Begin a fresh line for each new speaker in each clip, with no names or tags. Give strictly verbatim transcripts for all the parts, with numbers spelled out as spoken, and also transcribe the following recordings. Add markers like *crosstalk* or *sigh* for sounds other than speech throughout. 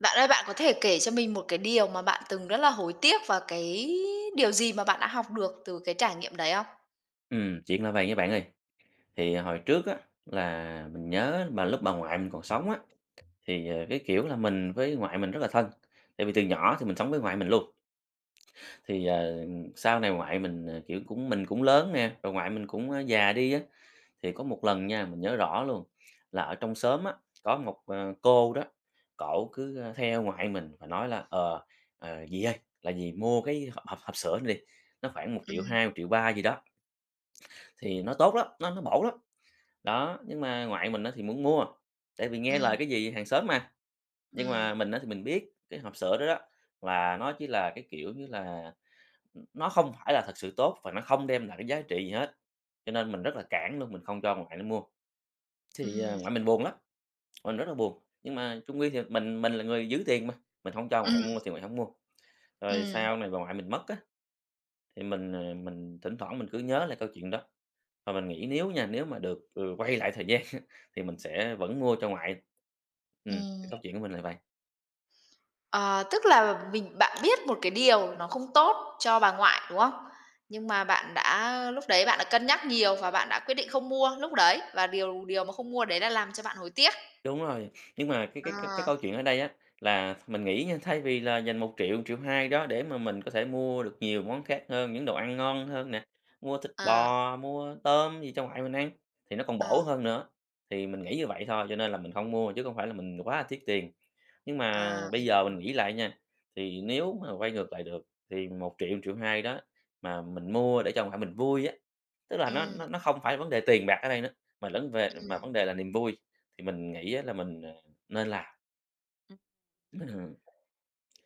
Bạn ơi, bạn có thể kể cho mình một cái điều mà bạn từng rất là hối tiếc và cái điều gì mà bạn đã học được từ cái trải nghiệm đấy không?
Ừm, chuyện là vậy nha bạn ơi, thì ờ, hồi trước á, là mình nhớ mà lúc bà ngoại mình còn sống á, thì, ờ, cái kiểu là mình với ngoại mình rất là thân, tại vì từ nhỏ thì mình sống với ngoại mình luôn. Thì, ờ, sau này ngoại mình, ờ, kiểu, cũng mình cũng lớn nè, rồi ngoại mình cũng, ơ, già đi á, thì có một lần nha, mình nhớ rõ luôn là ở trong xóm á, có một, ờ, cô đó, cổ cứ, ơ, theo ngoại mình và nói là "Ờ, ờ, Dì ơi, là dì mua cái hộp hộp hộp sữa này đi, nó khoảng một triệu
Ừm,
hai một triệu ba gì đó, thì nó tốt lắm, nó nó bổ lắm." Đó, nhưng mà ngoại mình á thì muốn mua, tại vì nghe lời
ừm,
cái gì hàng xóm mà, nhưng
ừm,
mà mình á thì mình biết cái hộp sữa đó đó là nó chỉ là cái, kiểu như là, nó không phải là thật sự tốt và nó không đem lại cái giá trị gì hết, cho nên mình rất là cản luôn, mình không cho ngoại nó mua. Thì, à,
ừm,
ngoại mình buồn lắm, mình rất là buồn, nhưng mà chung quy thì mình mình là người giữ tiền mà, mình không cho ngoại
ừm,
mua thì ngoại không mua. Rồi
ừm,
sau này bà ngoại mình mất á, thì mình, ờ, mình thỉnh thoảng mình cứ nhớ lại câu chuyện đó, và mình nghĩ nếu nha, nếu mà được, ừ, quay lại thời gian *laughs* thì mình sẽ vẫn mua cho ngoại. Ừm, cái
ừm.
câu chuyện của mình là vậy.
Ờ, tức là mình bạn biết một cái điều nó không tốt cho bà ngoại, đúng không? Nhưng mà bạn đã lúc đấy bạn đã cân nhắc nhiều và bạn đã quyết định không mua lúc đấy và điều điều mà không mua đấy đã làm cho bạn hối tiếc.
Đúng rồi, nhưng mà cái
Ờ,
cái cái cái câu chuyện ở đây á, là mình nghĩ nha, thay vì là dành một triệu triệu hai đó để mà mình có thể mua được nhiều món khác hơn, những đồ ăn ngon hơn nè, mua thịt
ờ,
bò, mua tôm gì cho ngoại mình ăn, thì nó còn
ờ,
bổ hơn nữa. Thì mình nghĩ như vậy thôi, cho nên là mình không mua, chứ không phải là mình quá là tiếc tiền. Nhưng mà
à,
bây
mình
giờ
hiểu.
mình nghĩ lại nha, thì nếu mà quay ngược lại được thì một triệu triệu hai đó mà mình mua để cho ngoại mình vui á, tức là nó nó nó không phải vấn đề tiền bạc ở đây nữa, mà lẫn về mà vấn đề là niềm vui, thì mình nghĩ á là mình, ờ, nên làm. Ừm,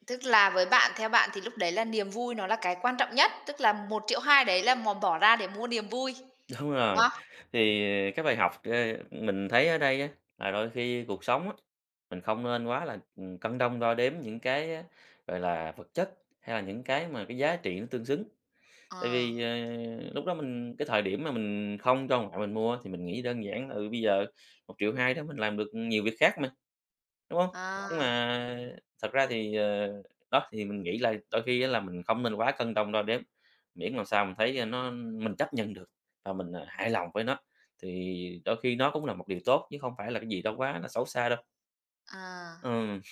Tức là với bạn, theo bạn thì lúc đấy là niềm vui nó là cái quan trọng nhất, tức là một triệu hai đấy là mò bỏ ra để mua niềm vui,
*laughs* đúng
đúng
rồi,
không?
thì cái bài học, ơ, mình thấy ở đây á là đôi khi cuộc sống á, mình không nên quá là, ừm, cân đong đo đếm những cái, á, gọi là, vật chất hay là những cái mà cái giá trị nó tương xứng. Tại
Ờ,
vì, ờ, lúc đó mình cái thời điểm mà mình không cho ngoại mình mua thì mình nghĩ đơn giản là, ừ, bây giờ một triệu hai đó mình làm được nhiều việc khác mà, đúng không?
à,
Nhưng mà thật ra thì, ờ, đó, thì mình nghĩ là đôi khi á là mình không nên quá cân đong đo đếm, miễn làm sao mình thấy, ờ, nó mình chấp nhận được và mình, à, hài lòng với nó, thì đôi khi nó cũng là một điều tốt chứ không phải là cái gì đó quá là xấu xa đâu.
à,
Ừm,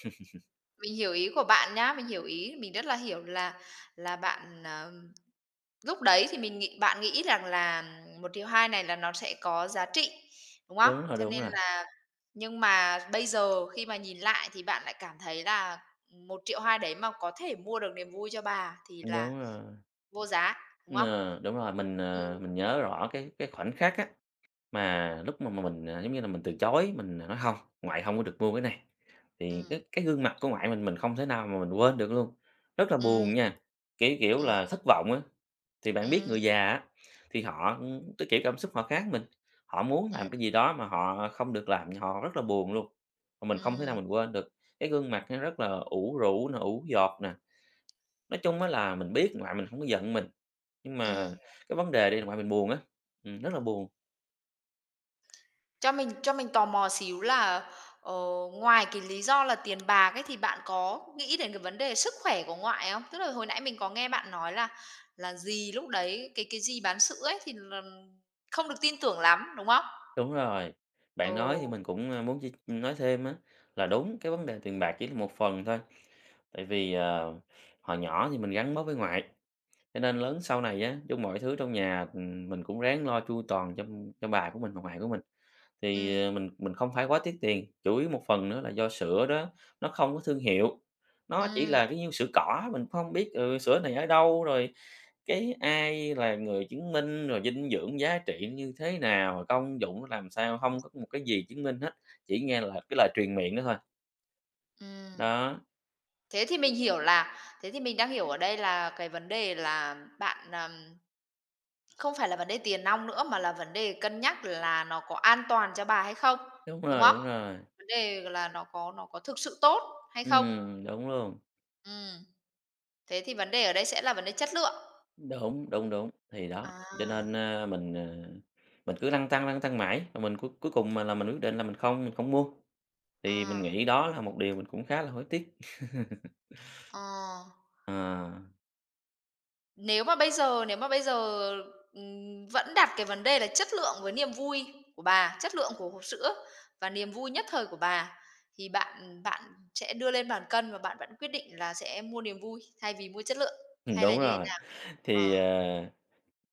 mình hiểu ý của bạn nhá, mình hiểu ý, mình rất là hiểu là là bạn, à lúc đấy thì mình nghĩ bạn nghĩ rằng là một triệu hai này là nó sẽ có giá trị, đúng không?
đúng rồi,
Cho
đúng
nên
rồi,
là, nhưng mà bây giờ khi mà nhìn lại thì bạn lại cảm thấy là một triệu hai đấy mà có thể mua được niềm vui cho bà thì là
đúng rồi.
vô giá, đúng không?
Ờ, đúng rồi, mình, ờ,
Ừm,
mình nhớ rõ cái cái khoảnh khắc á mà lúc mà mà mình, à, giống như là, mình từ chối, mình à, nói: không ngoại không có được mua cái này." Thì
ừm,
cái cái gương mặt của ngoại mình mình không thể nào mà mình quên được luôn, rất là
ừm,
buồn nha, kiểu, kiểu
ừm,
là, thất vọng á. Thì bạn biết
ừm,
người già á, thì họ, cái kiểu cảm xúc họ khác mình, họ muốn
ừm,
làm cái gì đó mà họ không được làm, họ rất là buồn luôn, mà mình không thể nào
ừm,
mình quên được. Cái gương mặt nó rất là ủ rũ nè, ủ dột nè, nói chung á là mình biết ngoại mình không có giận mình, nhưng mà
ừm.
cái vấn đề đây là ngoại mình buồn á, ừm, rất là buồn.
Cho mình cho mình tò mò xíu là, ờ, ngoài cái lý do là tiền bạc ấy, thì bạn có nghĩ đến cái vấn đề sức khỏe của ngoại không? Tức là hồi nãy mình có nghe bạn nói là là dì lúc đấy, cái cái dì bán sữa ấy thì là không được tin tưởng lắm, đúng không?
Đúng rồi,
Ồ,
bạn nói thì mình cũng, a, muốn chia nói thêm á, là đúng, cái vấn đề tiền bạc chỉ là một phần thôi, tại vì, ờ, hồi nhỏ thì mình gắn bó với ngoại, cho nên lớn sau này á, chung mọi thứ trong nhà, ừm, mình cũng ráng lo chu toàn cho cho bà của mình và ngoại của mình.
ừm,
Thì, ờ, mình mình không phải quá tiếc tiền, chủ yếu một phần nữa là do sữa đó nó không có thương hiệu, nó chỉ
ừm,
là cái như sữa cỏ, mình không biết, ừ, sữa này ở đâu, rồi cái ai là người chứng minh, rồi dinh dưỡng giá trị như thế nào, rồi công dụng nó làm sao, không có một cái gì chứng minh hết, chỉ nghe là cái lời truyền miệng đó thôi.
ừm.
Đó,
Thế thì mình hiểu là, thế thì mình đang hiểu ở đây là cái vấn đề là bạn, ờm không phải là vấn đề tiền nong nữa mà là vấn đề cân nhắc là nó có an toàn cho bà hay không,
đúng
đúng
rồi,
không?
đúng rồi,
Vấn đề là nó có nó có thực sự tốt hay không?
ừm, đúng luôn,
Ừm, thế thì vấn đề ở đây sẽ là vấn đề chất lượng.
đúng, đúng, đúng, thì đó, cho
À,
nên, a, mình, ờ, mình cứ lăn tăng lăn tăng mãi, rồi mình cuối cuối cùng mà là mình quyết định là mình không mình không mua. Thì mình
ờ,
nghĩ đó là một điều mình cũng khá là hối tiếc. *laughs*
ờ.
Ờ,
Nếu mà bây giờ nếu mà bây giờ, ừm, vẫn đặt cái vấn đề là chất lượng với niềm vui của bà, chất lượng của hộp sữa và niềm vui nhất thời của bà thì bạn bạn sẽ đưa lên bàn cân và bạn vẫn quyết định là sẽ mua niềm vui thay vì mua chất lượng,
ừm,
hay là
đúng
như thế
rồi,
nào? Ờ.
thì, ờ,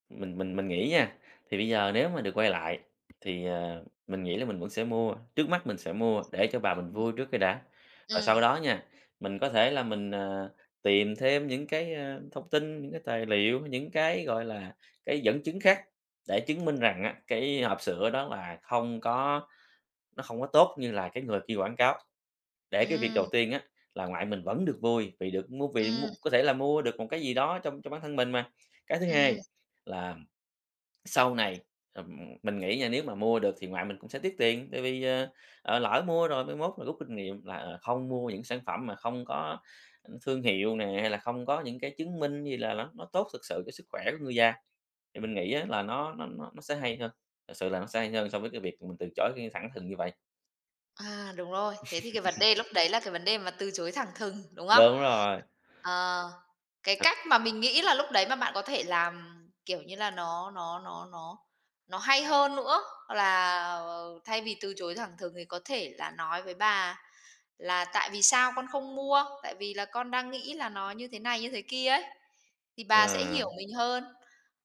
mình mình mình nghĩ nha, thì bây giờ nếu mà được quay lại thì, ờ, mình nghĩ là mình vẫn sẽ mua, trước mắt mình sẽ mua để cho bà mình vui trước cái đã. Và
Ừm,
sau đó nha, mình có thể là mình, ờ, tìm thêm những cái, ơ, thông tin, những cái tài liệu, những cái, gọi là, cái dẫn chứng khác để chứng minh rằng á, cái hộp sữa đó là không có nó không có tốt như là cái người kia quảng cáo. Để cái việc
ừm,
đầu tiên á, là ngoại mình vẫn được vui vì được mua vì mua
ừm,
có thể là mua được một cái gì đó trong cho bản thân mình mà. Cái thứ
ừm.
hai là sau này, ừm, mình nghĩ nha, nếu mà mua được thì ngoại mình cũng sẽ tiếc tiền, tại vì, ờ, ờ, lỡ mua rồi mai mốt là rút kinh nghiệm là, ờ, không mua những sản phẩm mà không có, thương hiệu nè, hay là không có những cái chứng minh gì là ló nó tốt thực sự cho sức khỏe của người da. Thì mình nghĩ á là nó nó nó nó sẽ hay hơn, thật sự là nó sẽ hay hơn so với cái việc mình từ chối cái thẳng thừng như vậy.
À, đúng rồi. Thế thì cái vấn đề lúc đấy là cái vấn đề mà từ chối thẳng thừng, đúng không?
Đúng rồi,
Ờ, cái
thật
cách mà mình nghĩ là lúc đấy mà bạn có thể làm, kiểu như là, nó nó nó nó nó hay hơn nữa là, ờ, thay vì từ chối thẳng thừng thì có thể là nói với bà là: "Tại vì sao con không mua? Tại vì là con đang nghĩ là nó như thế này, như thế kia ấy." Thì bà sẽ
ờ.
hiểu mình hơn.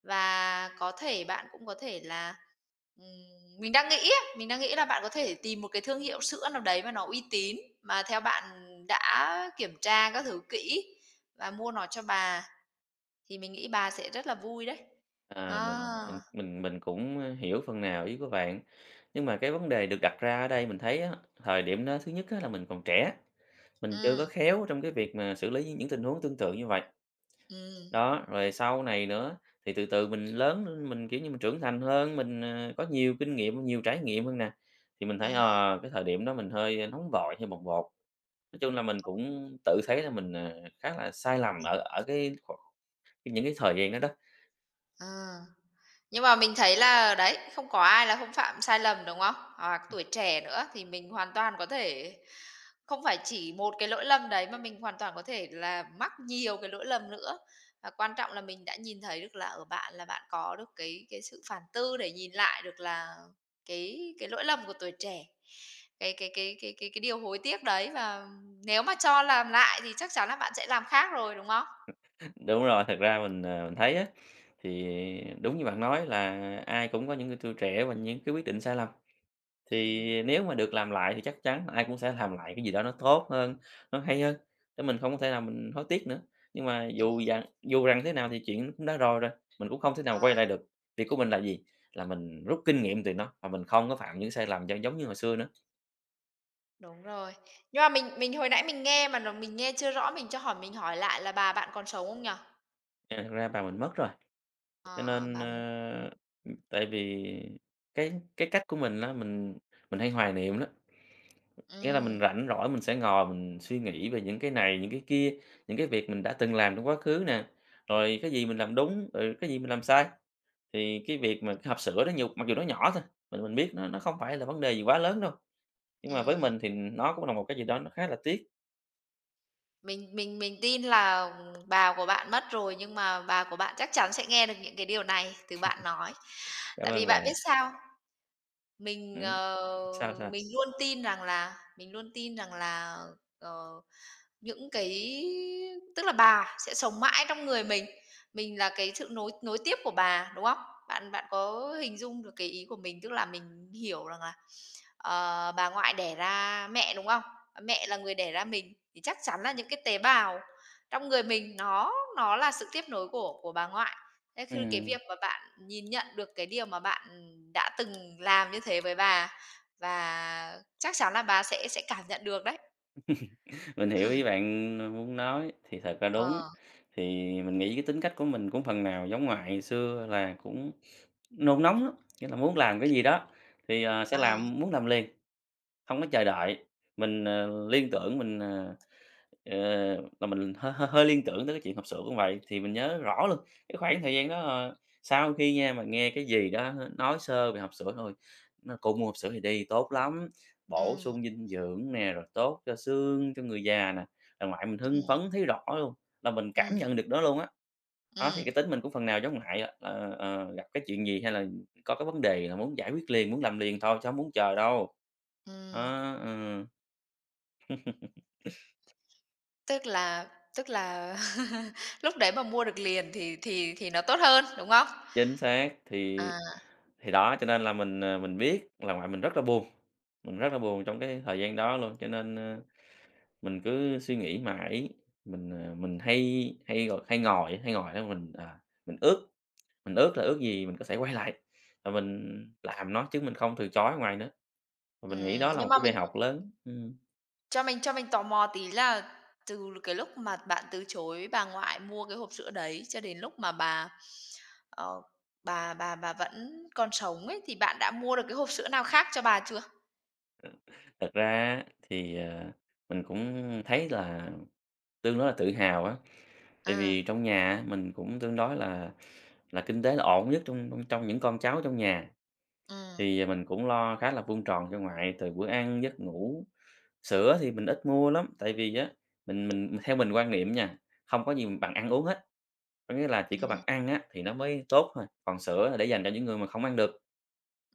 Và có thể bạn cũng có thể là, ừm, mình đang nghĩ á, mình đang nghĩ là bạn có thể tìm một cái thương hiệu sữa nào đấy mà nó uy tín, mà theo bạn đã kiểm tra các thứ kỹ và mua nó cho bà, thì mình nghĩ bà sẽ rất là vui đấy.
À,
Đó,
mình mình mình mình cũng, ơ, hiểu phần nào ý của bạn, nhưng mà cái vấn đề được đặt ra ở đây mình thấy á, thời điểm đó thứ nhất á là mình còn trẻ,
ừ,
mình chưa có khéo trong cái việc mà xử lý những những tình huống tương tự như vậy.
ừ,
Đó, rồi sau này nữa thì từ từ mình lớn lên, mình, kiểu như, mình trưởng thành hơn, mình, ờ, có nhiều kinh nghiệm, nhiều trải nghiệm hơn nè, thì mình thấy,
ừm.
ờ, cái thời điểm đó mình hơi ờ, nóng vội, hơi bồng bột. Nói chung là mình cũng tự thấy là mình, ờ, khá là sai lầm ở ở cái kh những cái thời gian đó đó.
Ờ. Nhưng mà mình thấy là, đấy, không có ai là không phạm sai lầm, đúng không? Hoặc tuổi trẻ nữa thì mình hoàn toàn có thể không phải chỉ một cái lỗi lầm đấy mà mình hoàn toàn có thể là mắc nhiều cái lỗi lầm nữa. Và quan trọng là mình đã nhìn thấy được là ở bạn là bạn có được cái cái sự phản tư để nhìn lại được là cái cái lỗi lầm của tuổi trẻ, cái cái cái cái cái cái điều hối tiếc đấy và nếu mà cho làm lại thì chắc chắn là bạn sẽ làm khác rồi, đúng không?
Đúng rồi, thật ra mình, ờ, mình thấy á, thì đúng như bạn nói là ai cũng có những cái tuổi trẻ và những cái quyết định sai lầm.
Ừm,
Thì nếu mà được làm lại thì chắc chắn ai cũng sẽ làm lại cái gì đó nó tốt hơn, nó hay hơn, để mình không có thể nào mình hối tiếc nữa. Nhưng mà
đúng,
dù rằng dù rằng thế nào thì chuyện cũng đã rồi rồi, mình cũng không thể
ờ.
nào quay lại được. Việc của mình là gì? Là mình rút kinh nghiệm từ nó và mình không có phạm những sai lầm cho giống như hồi xưa nữa.
Đúng rồi. Nhưng mà mình mình hồi nãy mình nghe mà nó mình nghe chưa rõ, mình cho hỏi mình hỏi lại là bà bạn còn sống không nhở?
Ờ, thật ra bà mình mất rồi, cho
Ờ,
nên,
bà mình,
ơ, tại vì cái cái cách của mình á, mình mình hay hoài niệm đó. Nghĩa là mình
ừm,
rảnh rỗi mình sẽ ngồi mình suy nghĩ về những cái này, những cái kia, những cái việc mình đã từng làm trong quá khứ nè, rồi cái gì mình làm đúng, rồi cái gì mình làm sai. Thì cái việc mà cái hộp sữa đó nhiều mặc dù nó nhỏ thôi, mình mình biết nó nó không phải là vấn đề gì quá lớn đâu, nhưng mà với
ừm,
mình thì nó cũng là một cái gì đó nó khá là tiếc.
mình mình mình tin là bà của bạn mất rồi, nhưng mà bà của bạn chắc chắn sẽ nghe được những cái điều này từ bạn nói.
Cảm
Tại vì
ơn
bạn biết
bạn.
sao? Mình,
Ừm. Sao,
ờ,
sao?
mình luôn tin rằng là mình luôn tin rằng là, ờ những cái, tức là bà sẽ sống mãi trong người mình, mình là cái sự nối nối tiếp của bà, đúng không? Bạn bạn có hình dung được cái ý của mình, tức là mình hiểu rằng là, ờ, bà ngoại đẻ ra mẹ, đúng không? Mẹ là người đẻ ra mình, thì chắc chắn là những cái tế bào trong người mình nó nó là sự tiếp nối của của bà ngoại. Thế khi cái
Ừm,
việc mà bạn nhìn nhận được cái điều mà bạn đã từng làm như thế với bà và chắc chắn là bà sẽ sẽ cảm nhận được đấy.
mình hiểu ý bạn muốn nói, thì thật ra đúng.
Ờ,
Thì mình nghĩ cái tính cách của mình cũng phần nào giống ngoại, xưa là cũng nôn nóng lắm, nghĩa là muốn làm cái gì đó thì, ờ, sẽ
ờ.
làm muốn làm liền, không có chờ đợi. Mình, ờ, liên tưởng mình, ờ, ờ, là mình hơi hơi hơi liên tưởng tới cái chuyện hộp sữa cũng vậy, thì mình nhớ rõ luôn, cái khoảng thời gian đó, ờ, sau khi nha mà nghe cái gì đó nói sơ về hộp sữa thôi, nói: "Cô mua hộp sữa thì đi, tốt lắm, bổ
Ừm,
sung dinh dưỡng nè, rồi tốt cho xương, cho người già nè." Là ngoại mình hưng phấn
ừm,
thấy rõ luôn, là mình cảm
ừm,
nhận được đó luôn á. Đó, thì
ừm,
cái tính mình cũng phần nào giống lại á, ờ, ờ, gặp cái chuyện gì hay là có cái vấn đề là muốn giải quyết liền, muốn làm liền thôi chứ hổng muốn chờ đâu.
ừm.
Đó, ừm,
Tức là tức là *laughs* lúc đấy mà mua được liền thì thì thì nó tốt hơn, đúng không?
chính xác, thì
À,
thì đó, cho nên là mình, ờ, mình biết là ngoại mình rất là buồn, mình rất là buồn trong cái thời gian đó luôn, cho nên, ơ, mình cứ suy nghĩ mãi, mình, ờ, mình hay hay, gọi, hay ngồi hay ngồi đó mình, à, mình ước, mình ước là ước gì mình có thể quay lại và mình làm nó chứ mình không từ chối ngoài nữa, và
ừm,
mình nghĩ đó là
nhưng
một
mà
cái bài
mình
học lớn. Ừm.
cho mình cho mình tò mò tí là từ cái lúc mà bạn từ chối bà ngoại mua cái hộp sữa đấy cho đến lúc mà bà, ờ, bà bà bà vẫn còn sống ấy, thì bạn đã mua được cái hộp sữa nào khác cho bà chưa?
Thật ra á thì, ờ, mình cũng thấy là tương đối là tự hào á, tại
À,
vì trong nhà á mình cũng tương đối là là kinh tế là ổn nhất trong trong trong những con cháu trong nhà,
ừm,
thì ờ, mình cũng lo khá là vuông tròn cho ngoại từ bữa ăn, giấc ngủ. Sữa thì mình ít mua lắm, tại vì á, mình mình theo mình quan niệm nha, không có gì bằng ăn uống hết, có nghĩa là chỉ có bằng
ừm,
ăn á thì nó mới tốt thôi, còn sữa là để dành cho những người mà không ăn được.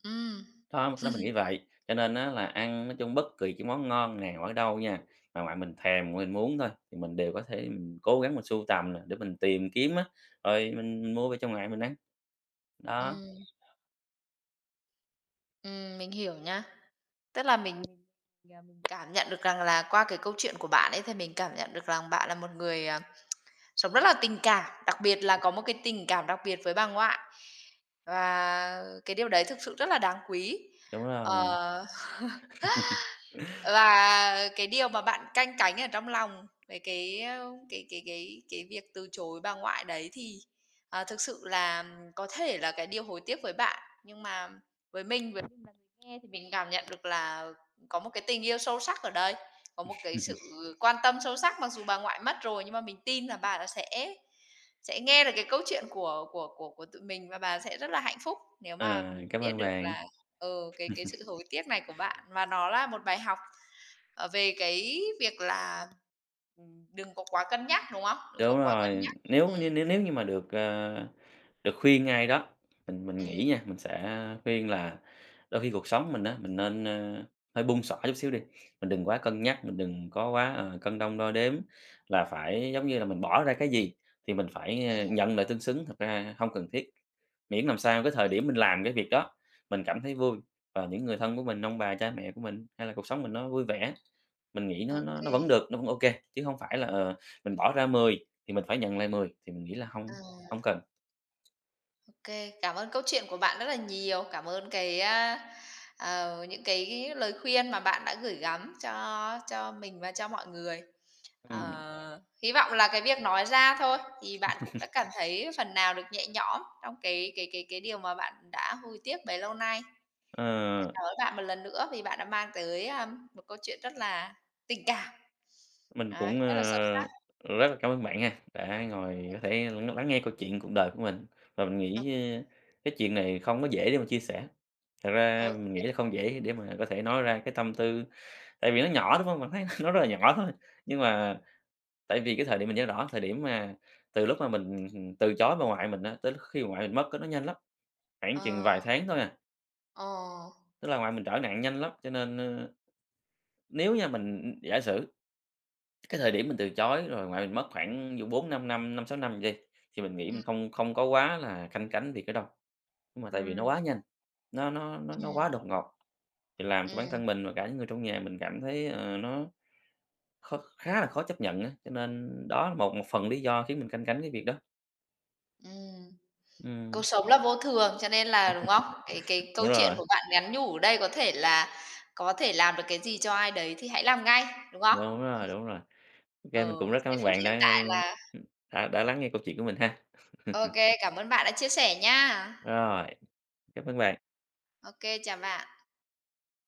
ừm,
Đó, lúc đó mình nghĩ vậy, cho nên á là ăn nói chung bất kỳ cái món ngon nào ở đâu nha, mà ngoại mình thèm, mình muốn thôi, thì mình đều có thể mình cố gắng mình sưu tầm nè, để mình tìm kiếm á, rồi mình mua về cho ngoại mình ăn. Đó,
ừm, ừm, mình hiểu nha. Tức là mình cảm nhận được rằng là qua cái câu chuyện của bạn ấy thì mình cảm nhận được rằng bạn là một người, à, sống rất là tình cảm, đặc biệt là có một cái tình cảm đặc biệt với bà ngoại. Và cái điều đấy thực sự rất là đáng quý.
đúng rồi.
Ờ. *laughs*
*laughs*
Và cái điều mà bạn canh cánh ở trong lòng về cái, ờ, cái cái cái cái việc từ chối bà ngoại đấy thì, ờ, thực sự là có thể là cái điều hối tiếc với bạn, nhưng mà với mình với mình là người nghe thì mình cảm nhận được là có một cái tình yêu sâu sắc ở đây, có một cái sự quan tâm sâu sắc. Mặc dù bà ngoại mất rồi nhưng mà mình tin là bà là sẽ sẽ nghe được cái câu chuyện của của của của tụi mình và bà sẽ rất là hạnh phúc nếu mà
Ờ, Cảm
biết
ơn
được
bạn.
là, ừ, cái cái sự hối tiếc này của bạn và nó là một bài học. Ờ, về cái việc là, ừm, đừng có quá cân nhắc, đúng không? Đừng có
Đúng
quá cân
rồi,
nhắc.
nếu nếu
Ừm,
nếu nếu như mà được, ờ, được khuyên ngay đó, mình mình
ừm,
nghĩ nha, mình sẽ khuyên là đôi khi cuộc sống mình á, mình nên, ơ, hơi buông xõa chút xíu đi, mình đừng quá cân nhắc, mình đừng có quá, ờ, cân đong đo đếm là phải giống như là mình bỏ ra cái gì thì mình phải, ơ,
ừm.
nhận lại tương xứng, thật ra không cần thiết. Miễn làm sao cái thời điểm mình làm cái việc đó, mình cảm thấy vui và những người thân của mình, ông bà, cha mẹ của mình hay là cuộc sống mình nó vui vẻ, mình nghĩ nó
Ô,
nó nó vẫn được, nó vẫn ok chứ không phải là, ờ, mình bỏ ra mười thì mình phải nhận lại mười, thì mình nghĩ là không
ờ,
không cần.
ô. Cảm ơn câu chuyện của bạn rất là nhiều. Cảm ơn cái, a, ờ, những cái lời khuyên mà bạn đã gửi gắm cho cho mình và cho mọi người.
Ừm,
Ờ, hy vọng là cái việc nói ra thôi thì bạn cũng đã cảm thấy phần nào được nhẹ nhõm trong cái cái cái cái điều mà bạn đã hối tiếc bấy lâu nay.
ờ,
Cảm ơn bạn một lần nữa vì bạn đã mang tới, a, một câu chuyện rất là tình cảm.
mình
Đấy,
cũng,
rất là sâu sắc.
ờ, rất là cảm ơn bạn ha, đã
Ừm,
ngồi có thể lắng lắng nghe câu chuyện cuộc đời của mình, và mình
ô,
nghĩ, ơ, cái chuyện này không có dễ để mà chia sẻ. Thật ra
ô.
mình nghĩ là không dễ để mà có thể nói ra cái tâm tư, tại vì nó nhỏ, đúng không? Mình thấy *laughs* nó rất là nhỏ thôi, nhưng mà tại vì cái thời điểm mình nhớ rõ, thời điểm mà từ lúc mà mình, từ chối bà ngoại mình á, tới lúc khi bà ngoại mình mất á, nó nhanh lắm, khoảng chừng
Ờ,
vài tháng thôi à,
ờ,
tức là ngoại mình trở nặng nhanh lắm, cho nên, ờ, Nếu nha mình giả sử cái thời điểm mình từ chối rồi ngoại mình mất khoảng vụ bốn năm năm, năm sáu năm gì đi, thì mình nghĩ
ừm,
mình không không có quá là canh cánh việc đó đâu. Nhưng mà tại vì
ừm,
nó
ừm,
quá nhanh, nó nó nó nó quá đột ngột, thì làm cho bản
ừm,
thân mình và cả những người trong nhà mình cảm thấy, ờ, nó khó khá là khó chấp nhận á, cho nên đó là một một phần lý do khiến mình canh cánh cái việc đó.
ừm.
Ừm,
Cuộc sống là vô thường, cho nên là đúng không? Cái cái
đúng
câu chuyện
rồi,
của bạn nhắn nhủ ở đây có thể là có thể làm được cái gì cho ai đấy thì hãy làm ngay, đúng không?
đúng rồi, đúng rồi. Ok mình cũng
Ừ,
rất cảm
giây
ơn
phút
bạn
hiện
đã,
tại là
đã đã lắng nghe câu chuyện của mình ha.
ok. Cảm ơn bạn đã chia sẻ nhá.
Rồi, cảm ơn bạn.
Ok, chào bạn.